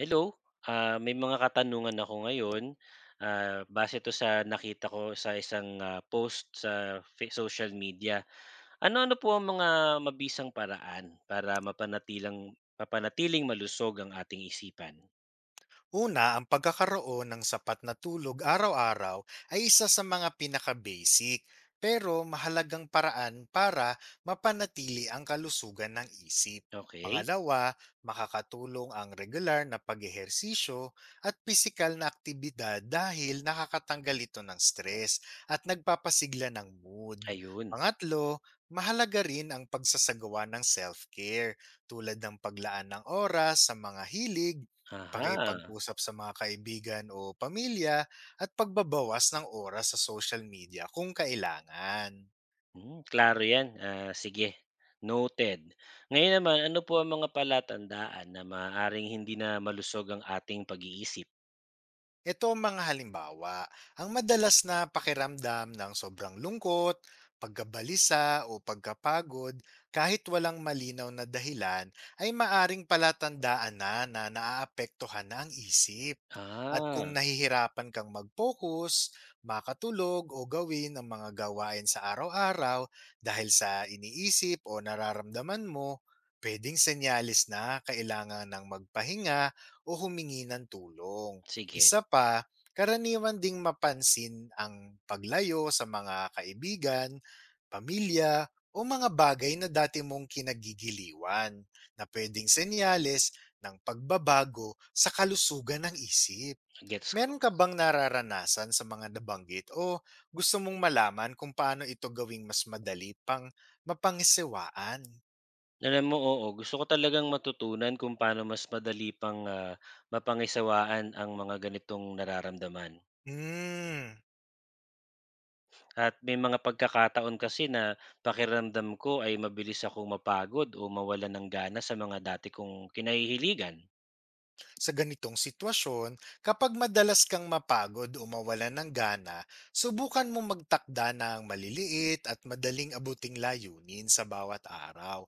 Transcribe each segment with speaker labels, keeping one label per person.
Speaker 1: Hello, may mga katanungan ako ngayon. Base 'to sa nakita ko sa isang, post sa social media. Ano-ano po ang mga mabisang paraan para mapanatiling malusog ang ating isipan?
Speaker 2: Una, ang pagkakaroon ng sapat na tulog araw-araw ay isa sa mga pinaka-basic pero mahalagang paraan para mapanatili ang kalusugan ng isip.
Speaker 1: Okay,
Speaker 2: Pangalawa, makakatulong ang regular na pag-ehersisyo at pisikal na aktibidad dahil nakakatanggal ito ng stress at nagpapasigla ng mood.
Speaker 1: ayun.
Speaker 2: Pangatlo, mahalaga rin ang pagsasagawa ng self-care tulad ng paglaan ng oras sa mga hilig,
Speaker 1: Aha.
Speaker 2: pakikipag-usap sa mga kaibigan o pamilya, at pagbabawas ng oras sa social media kung kailangan.
Speaker 1: Klaro 'yan, sige, noted. Ngayon naman, ano po ang mga palatandaan na maaaring hindi na malusog ang ating pag-iisip?
Speaker 2: Ito ang mga halimbawa: ang madalas na pakiramdam ng sobrang lungkot, pagkabalisa, o pagkapagod kahit walang malinaw na dahilan ay maaring palatandaan na na naaapektuhan na ang isip. At kung
Speaker 1: Ah,
Speaker 2: nahihirapan kang mag-focus, makatulog, o gawin ang mga gawain sa araw-araw dahil sa iniisip o nararamdaman mo, pwedeng senyalis na kailangan ng magpahinga o humingi ng tulong.
Speaker 1: sige,
Speaker 2: Isa pa, karaniwan ding mapansin ang paglayo sa mga kaibigan, pamilya, o mga bagay na dati mong kinagigiliwan na pwedeng senyales ng pagbabago sa kalusugan ng isip.
Speaker 1: gets ko.
Speaker 2: Meron ka bang nararanasan sa mga nabanggit o gusto mong malaman kung paano ito gawing mas madali pang mapangisewaan?
Speaker 1: Alam mo, oo. Gusto ko talagang matutunan kung paano mas madali pang, mapangisawaan ang mga ganitong nararamdaman.
Speaker 2: Hmm.
Speaker 1: At may mga pagkakataon kasi na pakiramdam ko ay mabilis akong mapagod o mawala ng gana sa mga dati kong kinahihiligan.
Speaker 2: Sa ganitong sitwasyon, kapag madalas kang mapagod o mawalan ng gana, subukan mo magtakda ng maliliit at madaling abuting layunin sa bawat araw,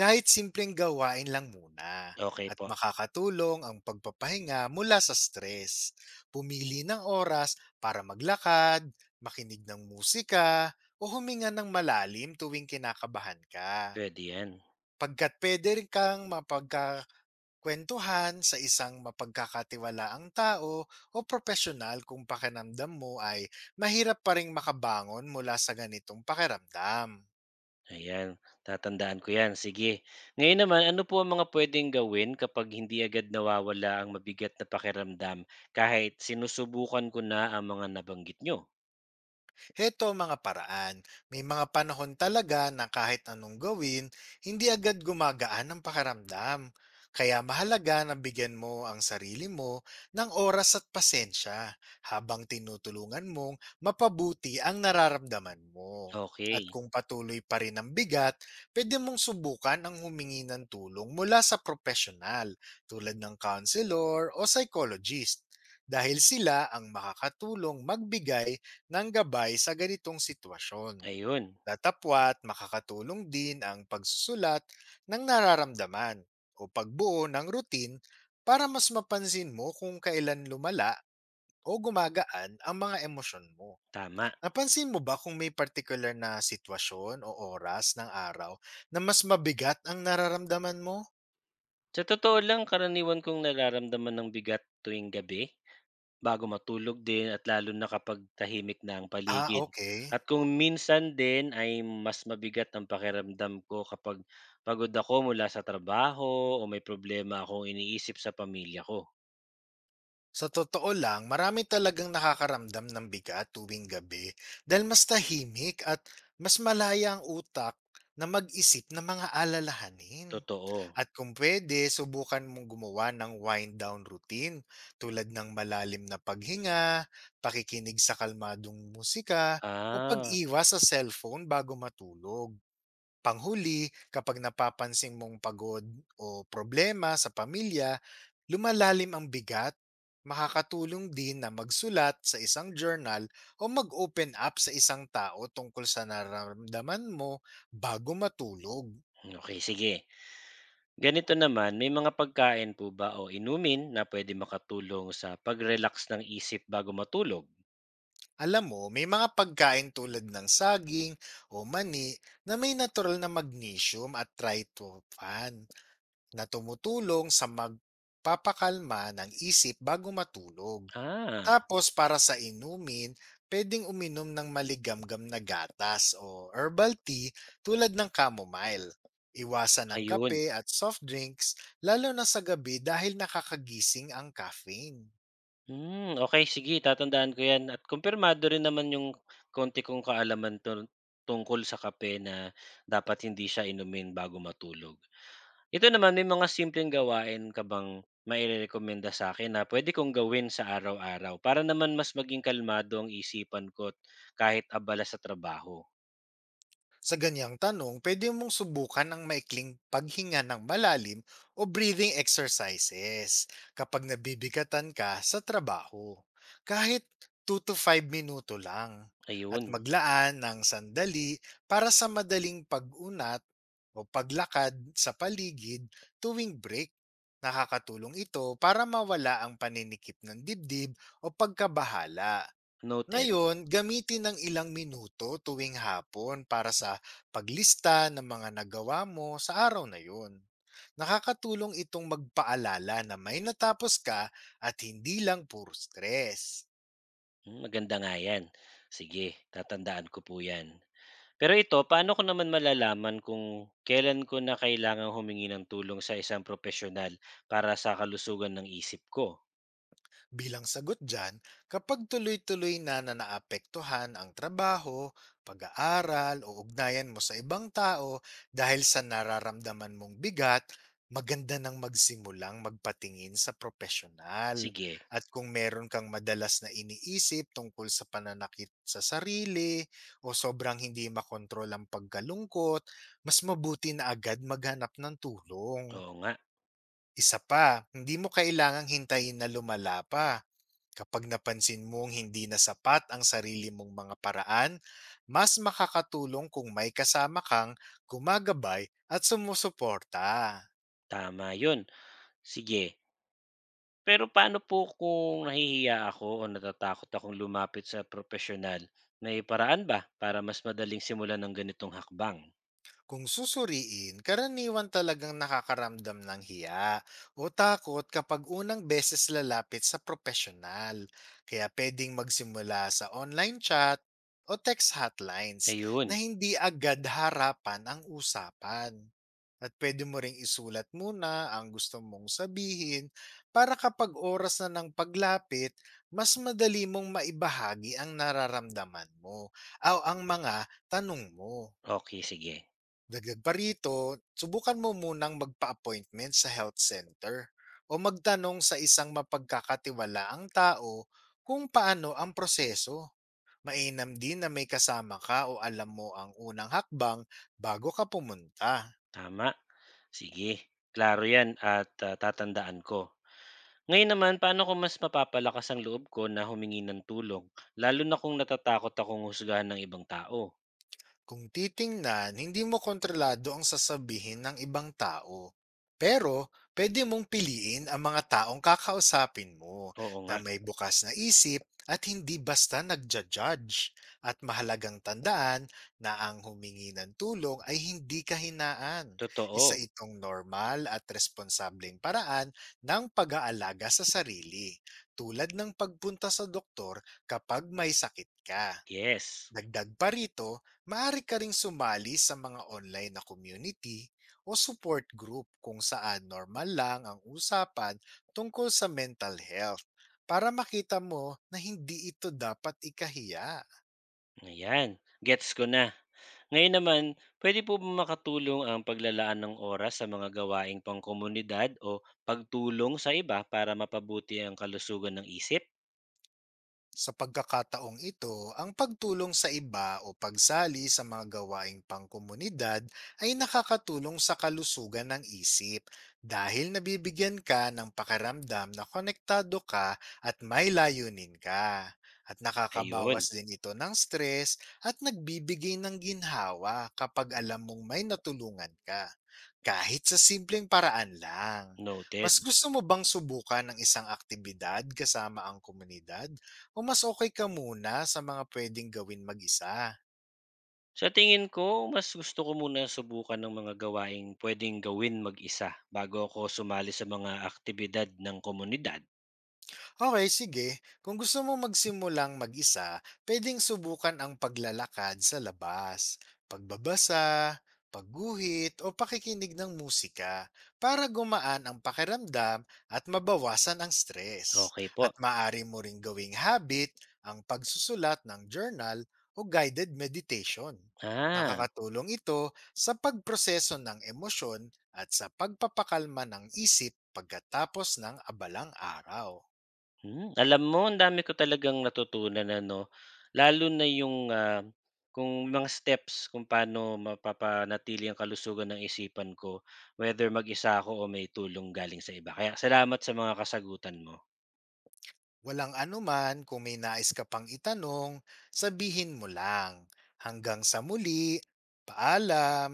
Speaker 2: kahit simpleng gawain lang muna.
Speaker 1: Okay
Speaker 2: At
Speaker 1: po,
Speaker 2: makakatulong ang pagpapahinga mula sa stress. Pumili ng oras para maglakad, makinig ng musika, o huminga ng malalim tuwing kinakabahan ka.
Speaker 1: puwede 'yan.
Speaker 2: Pagkat pwede rin kang kwentuhan sa isang mapagkakatiwalaang tao o profesional kung pakiramdam mo ay mahirap pa rin makabangon mula sa ganitong pakiramdam.
Speaker 1: Ayan, tatandaan ko 'yan, sige. Ngayon naman, ano po ang mga puwedeng gawin kapag hindi agad nawawala ang mabigat na pakiramdam kahit sinusubukan ko na ang mga nabanggit nyo?
Speaker 2: Heto ang mga paraan. May mga panahon talaga na kahit anong gawin, hindi agad gumagaan ang pakaramdam. Kaya mahalaga na bigyan mo ang sarili mo ng oras at pasensya habang tinutulungan mong mapabuti ang nararamdaman mo. At
Speaker 1: Okay,
Speaker 2: kung patuloy pa rin ang bigat, pwede mong subukan ang humingi ng tulong mula sa profesional tulad ng counselor o psychologist dahil sila ang makakatulong magbigay ng gabay sa ganitong sitwasyon.
Speaker 1: ayun.
Speaker 2: Datapwat makakatulong din ang pagsusulat ng nararamdaman o pagbuo ng routine para mas mapansin mo kung kailan lumala o gumagaan ang mga emosyon mo.
Speaker 1: Tama.
Speaker 2: Napansin mo ba kung may particular na sitwasyon o oras ng araw na mas mabigat ang nararamdaman mo?
Speaker 1: Sa totoo lang, karaniwan kong nararamdaman ng bigat tuwing gabi, bago matulog din at lalo na kapag tahimik na ang
Speaker 2: Ah,
Speaker 1: paligid.
Speaker 2: okay.
Speaker 1: At kung minsan din ay mas mabigat ang pakiramdam ko kapag pagod ako mula sa trabaho o may problema akong iniisip sa pamilya ko.
Speaker 2: Sa totoo lang, marami talagang nakakaramdam ng bigat tuwing gabi dahil mas tahimik at mas malaya ang utak na mag-isip ng mga alalahanin.
Speaker 1: Totoo.
Speaker 2: At kung pwede, subukan mong gumawa ng wind-down routine tulad ng malalim na paghinga, pakikinig sa kalmadong musika, o
Speaker 1: Ah,
Speaker 2: pag-iwas sa cellphone bago matulog. Panghuli, kapag napapansin mong pagod o problema sa pamilya, lumalalim ang bigat, makakatulong din na magsulat sa isang journal o mag-open up sa isang tao tungkol sa nararamdaman mo bago matulog.
Speaker 1: okay, sige. Ganito naman, may mga pagkain po ba o inumin na pwede makatulong sa pag-relax ng isip bago matulog?
Speaker 2: Alam mo, may mga pagkain tulad ng saging o mani na may natural na magnesium at tryptophan na tumutulong sa magpapakalma ng isip bago matulog.
Speaker 1: Ah,
Speaker 2: Tapos para sa inumin, pwedeng uminom ng maligamgam na gatas o herbal tea tulad ng chamomile. Iwasan ang
Speaker 1: ayun.
Speaker 2: kape at soft drinks lalo na sa gabi dahil nakakagising ang caffeine.
Speaker 1: Hmm, okay. Sige, tatandaan ko 'yan at kumpirmado rin naman yung konti kong kaalaman tungkol sa kape na dapat hindi siya inumin bago matulog. Ito naman, may mga simpleng gawain ka bang mairekomenda sa akin na pwede kong gawin sa araw-araw para naman mas maging kalmado ang isipan ko't kahit abala sa trabaho?
Speaker 2: Sa ganyang tanong, pwede mong subukan ang maikling paghinga ng malalim o breathing exercises kapag nabibigatan ka sa trabaho. Kahit 2 to 5 minuto lang, at
Speaker 1: Ayun,
Speaker 2: maglaan ng sandali para sa madaling pag-unat o paglakad sa paligid tuwing break. Nakakatulong ito para mawala ang paninikip ng dibdib o pagkabahala.
Speaker 1: noted.
Speaker 2: Ngayon, gamitin ng ilang minuto tuwing hapon para sa paglista ng mga nagawa mo sa araw na yun. Nakakatulong itong magpaalala na may natapos ka at hindi lang puro stress.
Speaker 1: Maganda nga 'yan. Sige, tatandaan ko po 'yan. Pero ito, paano ko naman malalaman kung kailan ko na kailangang humingi ng tulong sa isang profesional para sa kalusugan ng isip ko?
Speaker 2: Bilang sagot dyan, kapag tuloy-tuloy na na naapektuhan ang trabaho, pag-aaral, o ugnayan mo sa ibang tao dahil sa nararamdaman mong bigat, maganda nang magsimulang magpatingin sa profesional.
Speaker 1: Sige,
Speaker 2: At kung meron kang madalas na iniisip tungkol sa pananakit sa sarili o sobrang hindi makontrol ang pagkalungkot, mas mabuti na agad maghanap ng tulong.
Speaker 1: oo nga,
Speaker 2: Isa pa, hindi mo kailangang hintayin na lumala pa. Kapag napansin mong hindi na sapat ang sarili mong mga paraan, mas makakatulong kung may kasama kang gumagabay at sumusuporta.
Speaker 1: tama yun. Sige, pero paano po kung nahihiya ako o natatakot akong lumapit sa profesional? May paraan ba para mas madaling simulan ng ganitong hakbang?
Speaker 2: Kung susuriin, karaniwan talagang nakakaramdam ng hiya o takot kapag unang beses lalapit sa profesional. Kaya pwedeng magsimula sa online chat o text hotlines
Speaker 1: Ayun,
Speaker 2: na hindi agad harapan ang usapan. At pwede mo ring isulat muna ang gusto mong sabihin para kapag oras na ng paglapit, mas madali mong maibahagi ang nararamdaman mo o ang mga tanong mo.
Speaker 1: okay, sige,
Speaker 2: Dagdag pa rito, subukan mo munang magpa-appointment sa health center o magtanong sa isang mapagkakatiwalaang tao kung paano ang proseso. Mainam din na may kasama ka o alam mo ang unang hakbang bago ka pumunta.
Speaker 1: tama. Sige, klaro yan at tatandaan ko. Ngayon naman, paano ko mas mapapalakas ang loob ko na humingi ng tulong, lalo na kung natatakot akong husgahan ng ibang tao?
Speaker 2: Kung titingnan, hindi mo kontrolado ang sasabihin ng ibang tao. Pero pwede mong piliin ang mga taong kakausapin mo
Speaker 1: Oo
Speaker 2: na
Speaker 1: nga,
Speaker 2: may bukas na isip at hindi basta nagja-judge. At mahalagang tandaan na ang humingi ng tulong ay hindi kahinaan. Isa
Speaker 1: totoo.
Speaker 2: itong normal at responsableng paraan ng pag-aalaga sa sarili, tulad ng pagpunta sa doktor kapag may sakit ka.
Speaker 1: Yes.
Speaker 2: Dagdag pa rito, maaari ka ring sumali sa mga online na community o support group kung saan normal lang ang usapan tungkol sa mental health para makita mo na hindi ito dapat ikahiya.
Speaker 1: Ayan, gets ko na. Ngayon naman, pwede po ba makatulong ang paglalaan ng oras sa mga gawaing pangkomunidad o pagtulong sa iba para mapabuti ang kalusugan ng isip?
Speaker 2: Sa pagkakataong ito, ang pagtulong sa iba o pagsali sa mga gawaing pangkomunidad ay nakakatulong sa kalusugan ng isip dahil nabibigyan ka ng pakaramdam na konektado ka at may layunin ka. At
Speaker 1: Ayun,
Speaker 2: nakakabawas din ito ng stress at nagbibigay ng ginhawa kapag alam mong may natulungan ka. Kahit sa simpleng paraan lang.
Speaker 1: noted.
Speaker 2: Mas gusto mo bang subukan ng isang aktibidad kasama ang komunidad, o mas okey ka muna sa mga puwedeng gawin mag-isa?
Speaker 1: Sa tingin ko, mas gusto ko muna subukan ng mga gawaing puwedeng gawin mag-isa bago ako sumali sa mga aktibidad ng komunidad.
Speaker 2: Okey, sige. Kung gusto mo magsimulang mag-isa, puwedeng subukan ang paglalakad sa labas, pagbabasa, pagguhit, o pakikinig ng musika para gumaan ang pakiramdam at mabawasan ang stress.
Speaker 1: Okay po.
Speaker 2: At maaari mo ring gawing habit ang pagsusulat ng journal o guided meditation.
Speaker 1: Ah.
Speaker 2: Nakakatulong ito sa pagproseso ng emosyon at sa pagpapakalma ng isip pagkatapos ng abalang araw.
Speaker 1: Hmm. Alam mo, ang dami ko talagang natutunan ano, lalo na yung, kung mga steps kung paano mapapanatili ang kalusugan ng isipan ko, whether mag-isa ako o may tulong galing sa iba. Kaya salamat sa mga kasagutan mo.
Speaker 2: Walang anuman, kung may nais ka pang itanong, sabihin mo lang. Hanggang sa muli, paalam!